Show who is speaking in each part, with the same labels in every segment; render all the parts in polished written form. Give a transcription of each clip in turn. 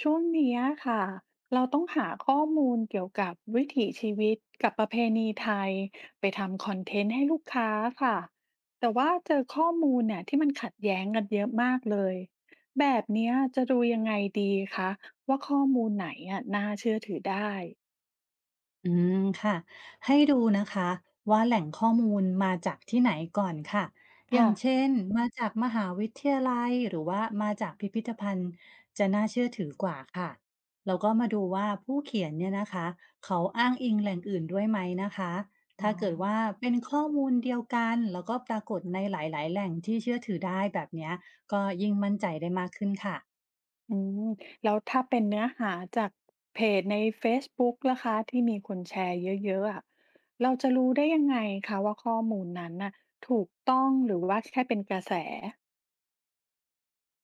Speaker 1: ช่วงเนี้ยค่ะเราต้องหาข้อมูลเกี่ยวกับวิถีชีวิตกับประเพณีไทยไปทำคอนเทนต์ให้ลูกค้าค่ะแต่ว่าเจอข้อมูลเนี่ยที่มันขัดแย้งกันเยอะมากเลยแบบเนี้ยจะดูยังไงดีคะว่าข้อมูลไหนอ่ะน่าเชื่อถือได้
Speaker 2: อืมค่ะให้ดูนะคะว่าแหล่งข้อมูลมาจากที่ไหนก่อนค่ะอย่า
Speaker 1: ค่ะ
Speaker 2: งเช่นมาจากมหาวิทยาลัยหรือว่ามาจากพิพิธภัณฑ์แล้วก็มาดูว่าผู้เขียนเนี่ยนะคะเขาอ้างอิงแหล่งอื่นด้วยไหมนะคะ
Speaker 1: อ๋อ
Speaker 2: ถ้าเกิดว่าเป็นข้อมูลเดียวกันแล้วก็ปรากฏในหลายๆแหล่งที่เชื่อถือได้แบบเนี้ยก็ยิ่งมั่นใจได้มากขึ้นค่ะ
Speaker 1: อืมแล้วถ้าเป็นเนื้อหาจากเพจในเฟซบุ๊กล่ะคะที่มีคนแชร์เยอะๆอะเราจะรู้ได้ยังไงคะว่าข้อมูลนั้นน่ะถูกต้องหรือว่าแค่เป็นกระแส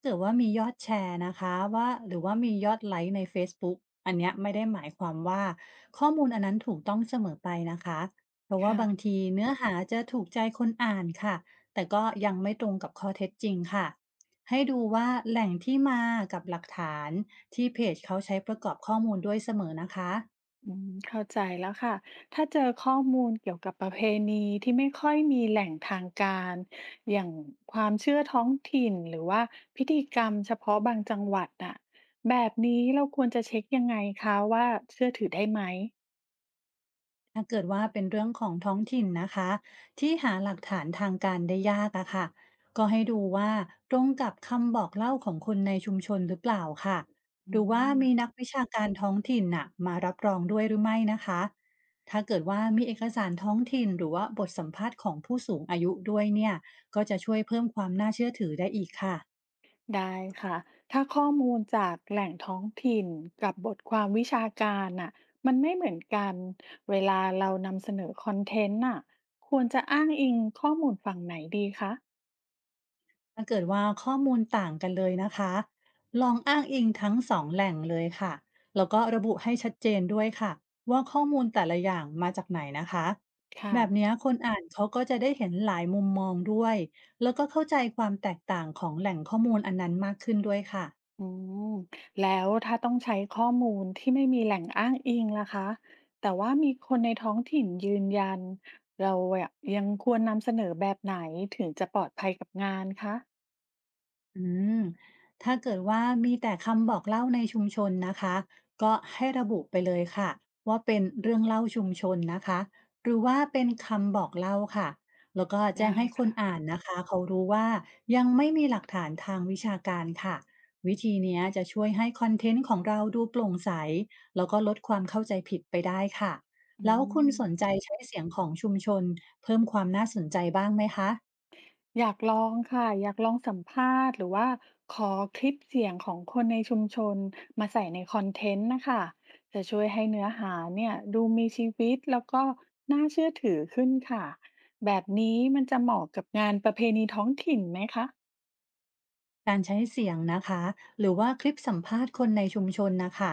Speaker 2: เกิดว่ามียอดแชร์นะคะว่าหรือว่ามียอดไลค์ในเฟซบุ๊กอันเนี้ยไม่ได้หมายความว่าข้อมูลอันนั้นถูกต้องเสมอไปนะคะเพราะว่า
Speaker 1: ค่ะ
Speaker 2: บางทีเนื้อหาจะถูกใจคนอ่านค่ะแต่ก็ยังไม่ตรงกับข้อเท็จจริงค่ะให้ดูว่าแหล่งที่มากับหลักฐานที่เพจเขาใช้ประกอบข้อมูลด้วยเสมอนะคะ
Speaker 1: อืมเข้าใจแล้วค่ะถ้าเจอข้อมูลเกี่ยวกับประเพณีที่ไม่ค่อยมีแหล่งทางการอย่างความเชื่อท้องถิ่นหรือว่าพิธีกรรมเฉพาะบางจังหวัดน่ะแบบนี้เราควรจะเช็คยังไงคะว่าเชื่อถือได้ไหม
Speaker 2: ถ้าเกิดว่าเป็นเรื่องของท้องถิ่นนะคะที่หาหลักฐานทางการได้ยากอะค่ะก็ให้ดูว่าตรงกับคำบอกเล่าของคนในชุมชนหรือเปล่าค่ะห
Speaker 1: อื
Speaker 2: รือว่า
Speaker 1: ม
Speaker 2: มีนักวิชาการท้องถิ่นน่ะมารับรองด้วยหรือไม่นะคะถ้าเกิดว่ามีเอกสารท้องถิ่นหรือว่าบทสัมภาษณ์ของผู้สูงอายุด้วยเนี่ยก็จะช่วยเพิ่มความน่าเชื่อถือได้อีกค่ะ
Speaker 1: ได้ค่ะถ้าข้อมูลจากแหล่งท้องถิ่นกับบทความวิชาการน่ะมันไม่เหมือนกัน เวลาเรานำเสนอคอนเทนต์น่ะควรจะอ้างอิงข้อมูลฝั่งไหนดีคะ
Speaker 2: ถ้าเกิดว่าข้อมูลต่างกันเลยนะคะลองอ้างอิงทั้งสองแหล่งเลยค่ะแล้วก็ระบุให้ชัดเจนด้วยค่ะว่าข้อมูลแต่ละอย่างมาจากไหนนะคะ
Speaker 1: ค่ะ
Speaker 2: แบบเนี้ยคนอ่านเขาก็จะได้เห็นหลายมุมมองด้วยแล้วก็เข้าใจความแตกต่างของแหล่งข้อมูลอันนั้นมากขึ้นด้วยค่ะ
Speaker 1: อืมแล้วถ้าต้องใช้ข้อมูลที่ไม่มีแหล่งอ้างอิงล่ะคะแต่ว่ามีคนในท้องถิ่นยืนยันเราอะยังควรนำเสนอแบบไหนถึงจะปลอดภัยกับงานคะ
Speaker 2: อืมถ้าเกิดว่ามีแต่คำบอกเล่าในชุมชนนะคะก็ให้ระบุไปเลยค่ะว่าเป็นเรื่องเล่าชุมชนนะคะหรือว่าเป็นคำบอกเล่าค่ะแล้วก็แจ้ง
Speaker 1: ได้
Speaker 2: ให้คน
Speaker 1: ค่ะ
Speaker 2: อ่านนะคะเขารู้ว่ายังไม่มีหลักฐานทางวิชาการค่ะวิธีเนี้ยจะช่วยให้คอนเทนต์ของเราดูโปร่งใสแล้วก็ลดความเข้าใจผิดไปได้ค่ะ
Speaker 1: อื
Speaker 2: แล้วคุณ
Speaker 1: ม
Speaker 2: สนใจใช้เสียงของชุมชนเพิ่มความน่าสนใจบ้างไหมคะ
Speaker 1: อยากลองค่ะอยากลองสัมภาษณ์หรือว่าขอคลิปเสียงของคนในชุมชนมาใส่ในคอนเทนต์นะคะจะช่วยให้เนื้อหาเนี่ยดูมีชีวิตแล้วก็น่าเชื่อถือขึ้นค่ะแบบนี้มันจะเหมาะกับงานประเพณีท้องถิ่นไหมคะ
Speaker 2: การใช้เสียงนะคะหรือว่าคลิปสัมภาษณ์คนในชุมชนนะคะ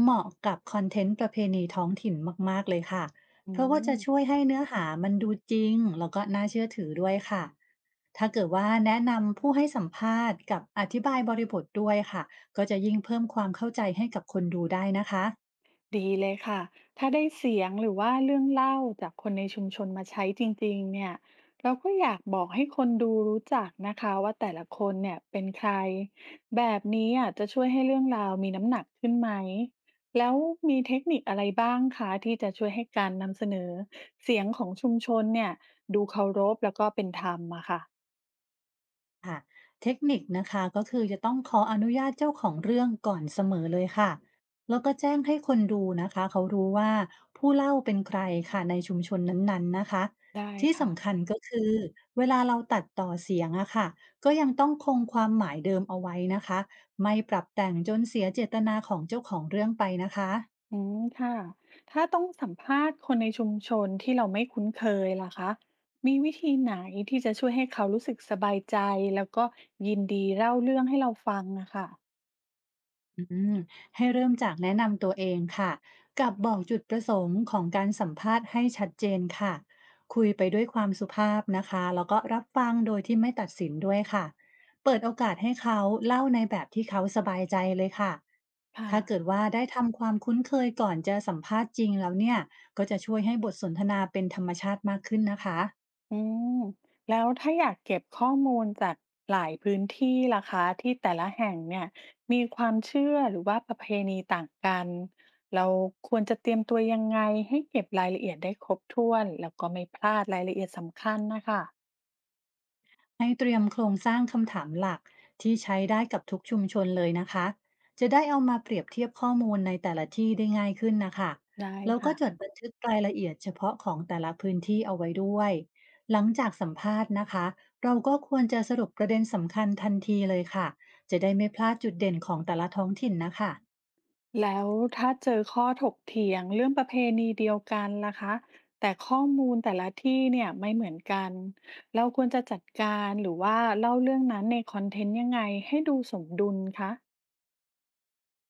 Speaker 2: เหมาะกับคอนเทนต์ประเพณีท้องถิ่นมากๆเลยค่ะ
Speaker 1: อื
Speaker 2: เพราะว่าจะ
Speaker 1: ม
Speaker 2: ช่วยให้เนื้อหามันดูจริงแล้วก็น่าเชื่อถือด้วยค่ะถ้าเกิดว่าแนะนำผู้ให้สัมภาษณ์กับอธิบายบริบทด้วยค่ะก็จะยิ่งเพิ่มความเข้าใจให้กับคนดูได้นะคะ
Speaker 1: ดีเลยค่ะ ถ้าได้เสียงหรือว่าเรื่องเล่าจากคนในชุมชนมาใช้จริงๆเนี่ยเราก็อยากบอกให้คนดูรู้จักนะคะว่าแต่ละคนเนี่ยเป็นใครแบบนี้อ่ะจะช่วยให้เรื่องราวมีน้ำหนักขึ้นไหมแล้วมีเทคนิคอะไรบ้างคะที่จะช่วยให้การนำเสนอเสียงของชุมชนเนี่ยดูเคารพแล้วก็เป็นธรรมอะค่ะ
Speaker 2: เทคนิคนะคะก็คือจะต้องขออนุญาตเจ้าของเรื่องก่อนเสมอเลยค่ะแล้วก็แจ้งให้คนดูนะคะเขารู้ว่าผู้เล่าเป็นใครค่ะในชุมชนนั้นๆนะคะ
Speaker 1: ได้
Speaker 2: ที่
Speaker 1: ค่ะ
Speaker 2: สำคัญก็คือเวลาเราตัดต่อเสียงอะค่ะก็ยังต้องคงความหมายเดิมเอาไว้นะคะไม่ปรับแต่งจนเสียเจตนาของเจ้าของเรื่องไปนะคะ
Speaker 1: อืมค่ะถ้าต้องสัมภาษณ์คนในชุมชนที่เราไม่คุ้นเคยล่ะคะมีวิธีไหนที่จะช่วยให้เขารู้สึกสบายใจแล้วก็ยินดีเล่าเรื่องให้เราฟังอะค่ะ
Speaker 2: อืมให้เริ่มจากแนะนำตัวเองค่ะกับบอกจุดประสงค์ของการสัมภาษณ์ให้ชัดเจนค่ะคุยไปด้วยความสุภาพนะคะแล้วก็รับฟังโดยที่ไม่ตัดสินด้วยค่ะเปิดโอกาสให้เขาเล่าในแบบที่เขาสบายใจเลยค่ะ
Speaker 1: ค่ะ
Speaker 2: ถ้าเกิดว่าได้ทำความคุ้นเคยก่อนจะสัมภาษณ์จริงแล้วเนี่ยก็จะช่วยให้บทสนทนาเป็นธรรมชาติมากขึ้นนะคะ
Speaker 1: อืมแล้วถ้าอยากเก็บข้อมูลจากหลายพื้นที่ล่ะคะที่แต่ละแห่งเนี่ยมีความเชื่อหรือว่าประเพณีต่างกันเราควรจะเตรียมตัวยังไงให้เก็บรายละเอียดได้ครบถ้วนแล้วก็ไม่พลาดรายละเอียดสำคัญนะคะ
Speaker 2: ให้เตรียมโครงสร้างคำถามหลักที่ใช้ได้กับทุกชุมชนเลยนะคะจะได้เอามาเปรียบเทียบข้อมูลในแต่ละที่ได้ง่ายขึ้นนะคะ
Speaker 1: ได้
Speaker 2: แล้วก็
Speaker 1: ค่ะ
Speaker 2: จดบันทึกรายละเอียดเฉพาะของแต่ละพื้นที่เอาไว้ด้วยหลังจากสัมภาษณ์นะคะเราก็ควรจะสรุปประเด็นสำคัญทันทีเลยค่ะจะได้ไม่พลาดจุดเด่นของแต่ละท้องถิ่นนะคะ
Speaker 1: แล้วถ้าเจอข้อถกเถียงเรื่องประเพณีเดียวกันล่ะคะแต่ข้อมูลแต่ละที่เนี่ยไม่เหมือนกันเราควรจะจัดการหรือว่าเล่าเรื่องนั้นในคอนเทนต์ยังไงให้ดูสมดุลคะ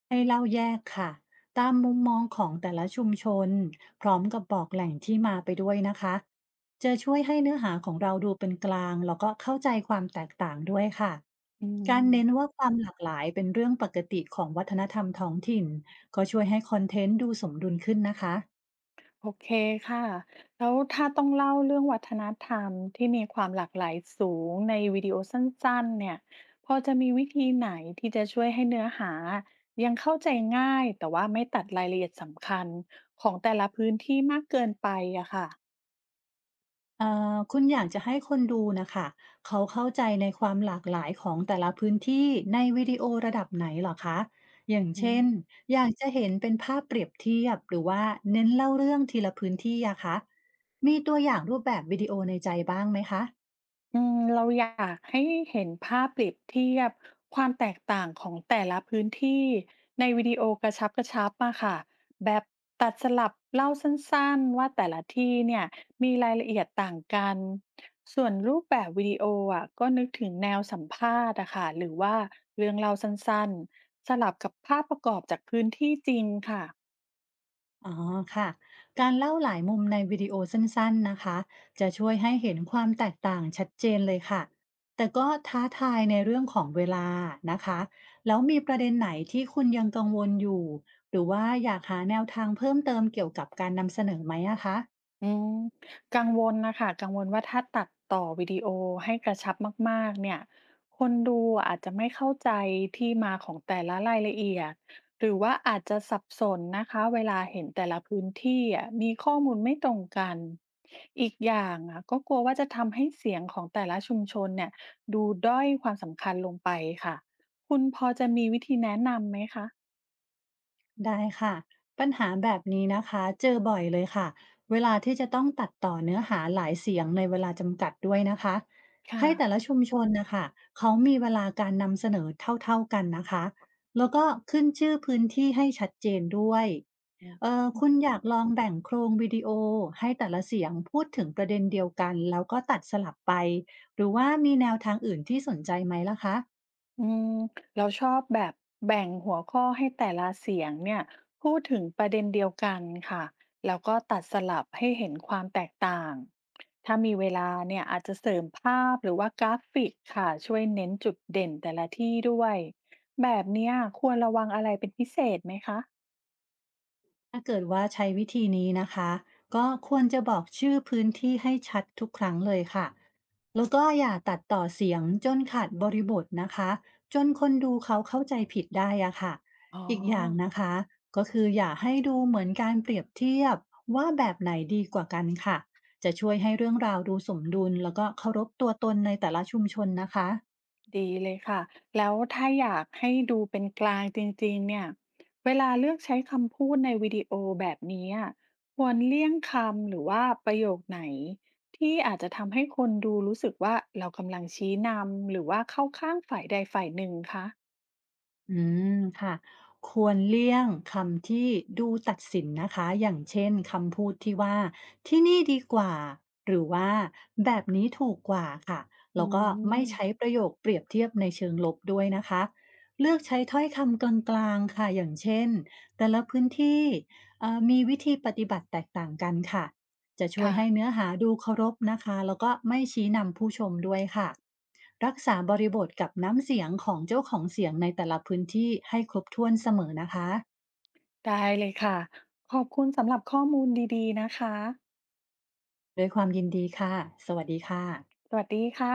Speaker 2: ให้เล่าแยกค่ะตามมุมมองของแต่ละชุมชนพร้อมกับบอกแหล่งที่มาไปด้วยนะคะจะช่วยให้เนื้อหาของเราดูเป็นกลางแล้วก็เข้าใจความแตกต่างด้วยค่ะ
Speaker 1: อื
Speaker 2: การเน้น
Speaker 1: ม
Speaker 2: ว่าความหลากหลายเป็นเรื่องปกติของวัฒนธรรมท้องถิ่นดูสมดุลขึ้นนะคะ
Speaker 1: โอเคค่ะ แล้วถ้าต้องเล่าเรื่องวัฒนธรรมที่มีความหลากหลายสูงในวิดีโอสั้นๆเนี่ย พอจะมีวิธีไหนที่จะช่วยให้เนื้อหายังเข้าใจง่ายแต่ว่าไม่ตัดรายละเอียดสำคัญของแต่ละพื้นที่มากเกินไปอะค่ะ
Speaker 2: เอ่อคุณอยากจะให้คนดูนะคะเขาเข้าใจในความหลากหลายของแต่ละพื้นที่ในวิดีโอระดับไหนเหรอคะอย่าง
Speaker 1: อื
Speaker 2: เช่
Speaker 1: ม
Speaker 2: นอยากจะเห็นเป็นภาพเปรียบเทียบหรือว่าเน้นเล่าเรื่องทีละพื้นที่อะคะมีตัวอย่างรูปแบบวิดีโอในใจบ้างไหมคะ
Speaker 1: อืมเราอยากให้เห็นภาพเปรียบเทียบความแตกต่างของแต่ละพื้นที่ในวิดีโอกระชับๆมะชับมาค่ะแบบตัดสลับเล่าสั้นๆว่าแต่ละที่เนี่ยมีรายละเอียดต่างกันส่วนรูปแบบวิดีโออะก็นึกถึงแนวสัมภาษณ์อะค่ะหรือว่าเรื่องเล่าสั้นๆสลับกับภาพประกอบจากพื้นที่จริงค่ะ
Speaker 2: อ๋อค่ะการเล่าหลายมุมในวิดีโอสั้นๆนะคะจะช่วยให้เห็นความแตกต่างชัดเจนเลยค่ะแต่ก็ท้าทายในเรื่องของเวลานะคะแล้วมีประเด็นไหนที่คุณยังกังวลอยู่หรือว่าอยากหาแนวทางเพิ่มเติมเกี่ยวกับการนำเสนอไหมอะคะ
Speaker 1: อืมกังวลนะค่ะกังวลว่าถ้าตัดต่อวิดีโอให้กระชับมากๆเนี่ยคนดูอาจจะไม่เข้าใจที่มาของแต่ละรายละเอียดหรือว่าอาจจะสับสนนะคะเวลาเห็นแต่ละพื้นที่อะมีข้อมูลไม่ตรงกันอีกอย่างอะก็กลัวว่าจะทำให้เสียงของแต่ละชุมชนเนี่ยดูด้อยความสำคัญลงไปค่ะคุณพอจะมีวิธีแนะนำไหมคะ
Speaker 2: ได้ค่ะปัญหาแบบนี้นะคะเจอบ่อยเลยค่ะเวลาที่จะต้องตัดต่อเนื้อหาหลายเสียงในเวลาจำกัดด้วยนะคะ
Speaker 1: ค่ะ
Speaker 2: ให้แต่ละชุมชนนะคะเขามีเวลาการนำเสนอเท่าๆกันนะคะแล้วก็ขึ้นชื่อพื้นที่ให้ชัดเจนด้วยคุณอยากลองแบ่งโครงวิดีโอให้แต่ละเสียงพูดถึงประเด็นเดียวกันแล้วก็ตัดสลับไปหรือว่ามีแนวทางอื่นที่สนใจไหมล่ะคะ
Speaker 1: อืมเราชอบแบบแบ่งหัวข้อให้แต่ละเสียงเนี่ยพูดถึงประเด็นเดียวกันค่ะแล้วก็ตัดสลับให้เห็นความแตกต่างถ้ามีเวลาเนี่ยอาจจะเสริมภาพหรือว่ากราฟิกค่ะช่วยเน้นจุดเด่นแต่ละที่ด้วยแบบเนี้ยควรระวังอะไรเป็นพิเศษไหมคะ
Speaker 2: ถ้าเกิดว่าใช้วิธีนี้นะคะก็ควรจะบอกชื่อพื้นที่ให้ชัดทุกครั้งเลยค่ะแล้วก็อย่าตัดต่อเสียงจนขาดบริบทนะคะจนคนดูเขาเข้าใจผิดได้อะค่ะ
Speaker 1: อ๋อ
Speaker 2: อีกอย่างนะคะก็คืออย่าให้ดูเหมือนการเปรียบเทียบว่าแบบไหนดีกว่ากันค่ะจะช่วยให้เรื่องราวดูสมดุลแล้วก็เคารพตัวตนในแต่ละชุมชนนะคะ
Speaker 1: ดีเลยค่ะ แล้วถ้าอยากให้ดูเป็นกลางจริงๆเนี่ย เวลาเลือกใช้คำพูดในวิดีโอแบบนี้อะควรเลี่ยงคำหรือว่าประโยคไหนที่อาจจะทำให้คนดูรู้สึกว่าเรากำลังชี้นำหรือว่าเข้าข้างฝ่ายใดฝ่ายหนึ่งคะ
Speaker 2: อืมค่ะควรเลี่ยงคำที่ดูตัดสินนะคะอย่างเช่นคำพูดที่ว่าที่นี่ดีกว่าหรือว่าแบบนี้ถูกกว่าค่ะ
Speaker 1: อื
Speaker 2: แล้วก็ไม่ใช้
Speaker 1: ม
Speaker 2: ประโยคเปรียบเทียบในเชิงลบด้วยนะคะเลือกใช้ถ้อยคำกลางๆค่ะอย่างเช่นแต่ละพื้นที่มีวิธีปฏิบัติแตกต่างกันค่ะจะช่วย
Speaker 1: ค่ะ
Speaker 2: ให้เนื้อหาดูเคารพนะคะแล้วก็ไม่ชี้นำผู้ชมด้วยค่ะ รักษาบริบทกับน้ำเสียงของเจ้าของเสียงในแต่ละพื้นที่ให้ครบถ้วนเสมอนะคะ
Speaker 1: ได้เลยค่ะ ขอบคุณสำหรับข้อมูลดีๆนะคะ
Speaker 2: ด้วยความยินดีค่ะ สวัสดีค่ะ
Speaker 1: สวัสดีค่ะ